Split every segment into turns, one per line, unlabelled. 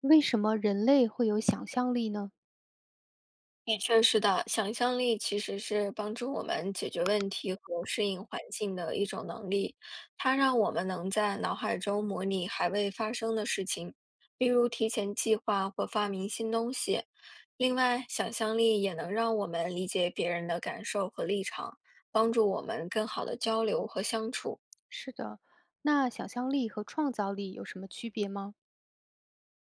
为什么人类会有想象力呢？
的确是的，想象力其实是帮助我们解决问题和适应环境的一种能力，它让我们能在脑海中模拟还未发生的事情，比如提前计划或发明新东西。另外，想象力也能让我们理解别人的感受和立场，帮助我们更好的交流和相处。
是的，那想象力和创造力有什么区别吗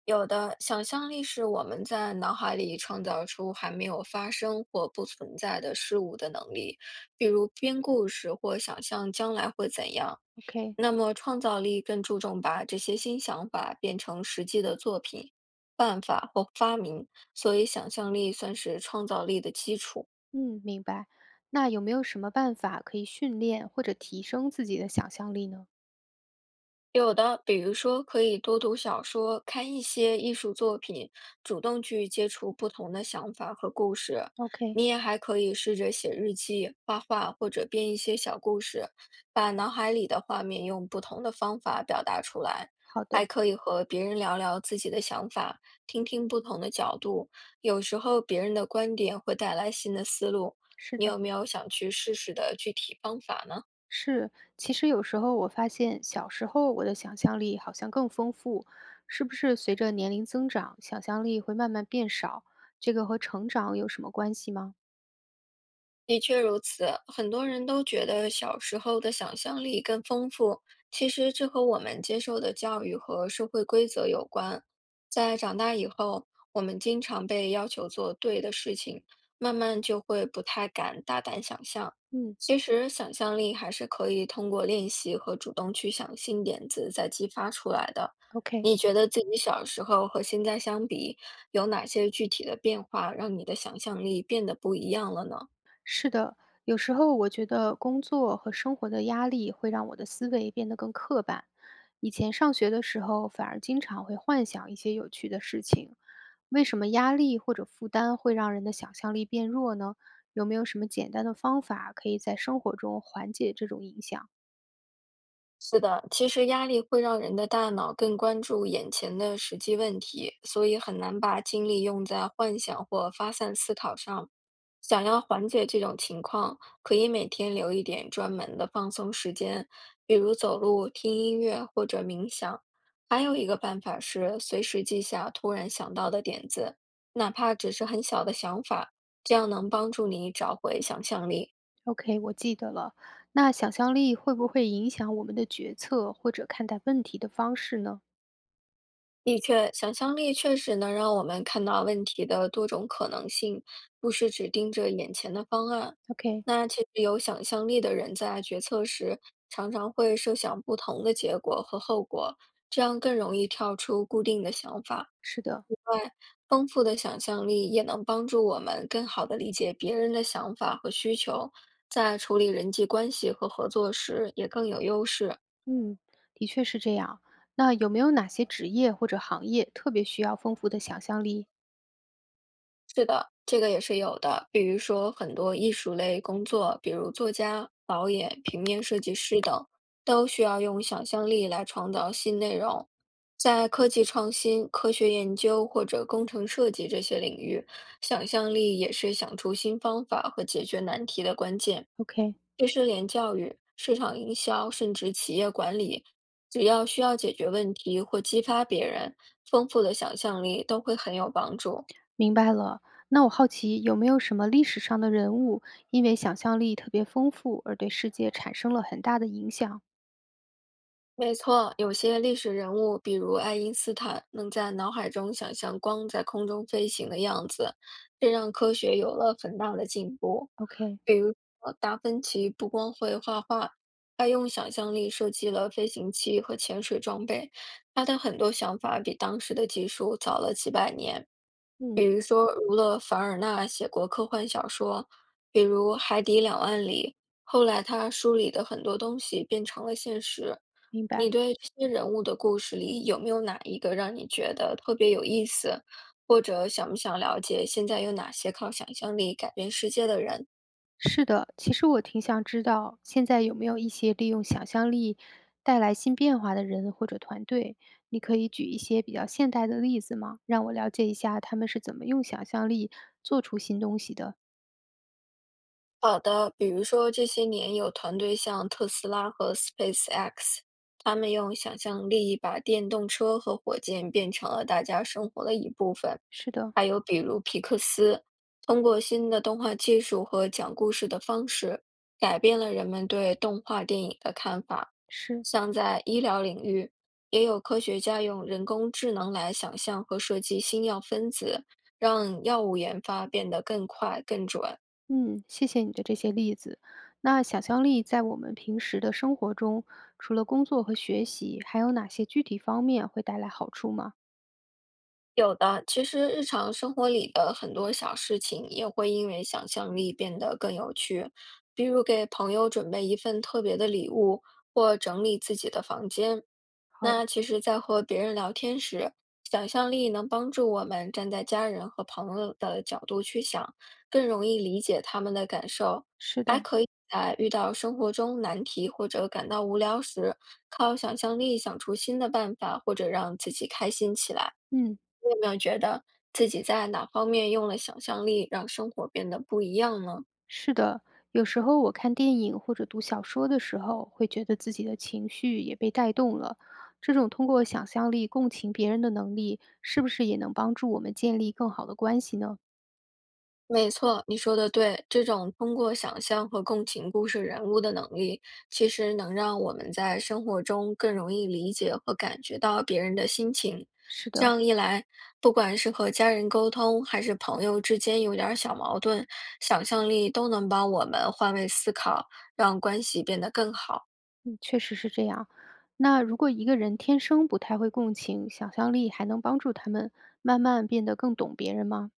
有的，想象力是我们在脑海里创造出还没有发生或不存在的事物的能力，比如编故事或想象将来会怎样。
？OK，
那么，创造力更注重把这些新想法变成实际的作品、办法或发明，所以想象力算是创造力的基础。
嗯，明白。那有没有什么办法可以训练或者提升自己的想象力呢
有的，比如说可以多读小说，看一些艺术作品，主动去接触不同的想法和故事。
？OK，
你也还可以试着写日记、画画或者编一些小故事，把脑海里的画面用不同的方法表达出来。
好
还
的，
可以和别人聊聊自己的想法，听听不同的角度，有时候别人的观点会带来新的思路。
是
你有
的，
没有想去试试的具体方法呢？
是。其实有时候我发现，小时候我的想象力好像更丰富，是不是随着年龄增长，想象力会慢慢变少？这个和成长有什么关系吗？
的确如此，很多人都觉得小时候的想象力更丰富，其实这和我们接受的教育和社会规则有关。在长大以后，我们经常被要求做对的事情，慢慢就会不太敢大胆想象。
嗯
其实，想象力还是可以通过练习和主动去想新点子再激发出来的。
，OK。
你觉得自己小时候和现在相比，有哪些具体的变化让你的想象力变得不一样了呢？
是的，有时候我觉得工作和生活的压力会让我的思维变得更刻板。以前上学的时候，反而经常会幻想一些有趣的事情。为什么压力或者负担会让人的想象力变弱呢？有没有什么简单的方法可以在生活中缓解这种影响
是的，其实压力会让人的大脑更关注眼前的实际问题，所以很难把精力用在幻想或发散思考上。想要缓解这种情况，可以每天留一点专门的放松时间，比如走路、听音乐或者冥想。还有一个办法是随时记下突然想到的点子，哪怕只是很小的想法，这样能帮助你找回想象力。
？OK，我记得了。那想象力会不会影响我们的决策或者看待问题的方式呢
的确，想象力确实能让我们看到问题的多种可能性，不是只盯着眼前的方案。
？OK，
那其实有想象力的人在决策时，常常会设想不同的结果和后果，这样更容易跳出固定的想法。
是的。
丰富的想象力也能帮助我们更好地理解别人的想法和需求，在处理人际关系和合作时也更有优势。
嗯，的确是这样。那有没有哪些职业或者行业特别需要丰富的想象力
是的，这个也是有的。比如说，很多艺术类工作，比如作家、导演、平面设计师等，都需要用想象力来创造新内容。在科技创新、科学研究或者工程设计这些领域，想象力也是想出新方法和解决难题的关键。
？OK，
这是连教育、市场营销，甚至企业管理，只要需要解决问题或激发别人，丰富的想象力都会很有帮助。
明白了。那我好奇有没有什么历史上的人物，因为想象力特别丰富而对世界产生了很大的影响
没错，有些历史人物，比如爱因斯坦，能在脑海中想象光在空中飞行的样子，这让科学有了很大的进步。
？OK，
比如说，达芬奇不光会画画，还用想象力设计了飞行器和潜水装备。他的很多想法比当时的技术早了几百年。
嗯，
比如说，儒勒·凡尔纳写过科幻小说，比如《海底两万里》，后来他书里的很多东西变成了现实。
明白。
你对这些人物的故事里，有没有哪一个让你觉得特别有意思，或者想不想了解现在有哪些靠想象力改变世界的人？
是的，其实我挺想知道，现在有没有一些利用想象力带来新变化的人或者团队？你可以举一些比较现代的例子吗？让我了解一下他们是怎么用想象力做出新东西的。
好的，比如说这些年有团队像特斯拉和 SpaceX，他们用想象力把电动车和火箭变成了大家生活的一部分。
是的，
还有比如皮克斯，通过新的动画技术和讲故事的方式，改变了人们对动画电影的看法。
是，
像在医疗领域，也有科学家用人工智能来想象和设计新药分子，让药物研发变得更快、更准。
嗯，谢谢你的这些例子。那想象力在我们平时的生活中，除了工作和学习，还有哪些具体方面会带来好处吗？
有的，其实日常生活里的很多小事情也会因为想象力变得更有趣，比如给朋友准备一份特别的礼物，或整理自己的房间。
好，
那其实，在和别人聊天时，想象力能帮助我们站在家人和朋友的角度去想，更容易理解他们的感受。
是
还
的，
可以在遇到生活中难题或者感到无聊时，靠想象力想出新的办法，或者让自己开心起来。
嗯，
你有没有觉得自己在哪方面用了想象力，让生活变得不一样呢？
是的。有时候我看电影或者读小说的时候，会觉得自己的情绪也被带动了。这种通过想象力共情别人的能力，是不是也能帮助我们建立更好的关系呢？
没错，你说的对。这种通过想象和共情故事人物的能力，其实能让我们在生活中更容易理解和感觉到别人的心情。
是
这
的，
样一来，不管是和家人沟通，还是朋友之间有点儿小矛盾，想象力都能帮我们换位思考，让关系变得更好。
嗯，确实是这样。那如果一个人天生不太会共情，想象力还能帮助他们慢慢变得更懂别人吗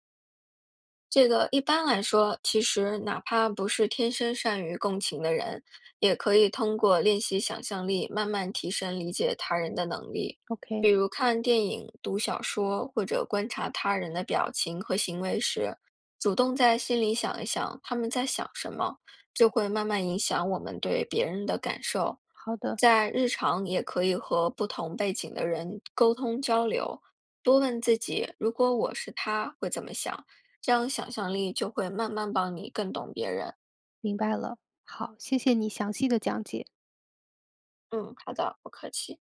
这个一般来说，其实哪怕不是天生善于共情的人，也可以通过练习想象力，慢慢提升理解他人的能力。
？OK，
比如看电影、读小说，或者观察他人的表情和行为时，主动在心里想一想他们在想什么，就会慢慢影响我们对别人的感受。
好的，
在日常也可以和不同背景的人沟通交流，多问自己：如果我是他，会怎么想？这样想象力就会慢慢帮你更懂别人。
明白了。好，谢谢你详细的讲解。
嗯，好的，不客气。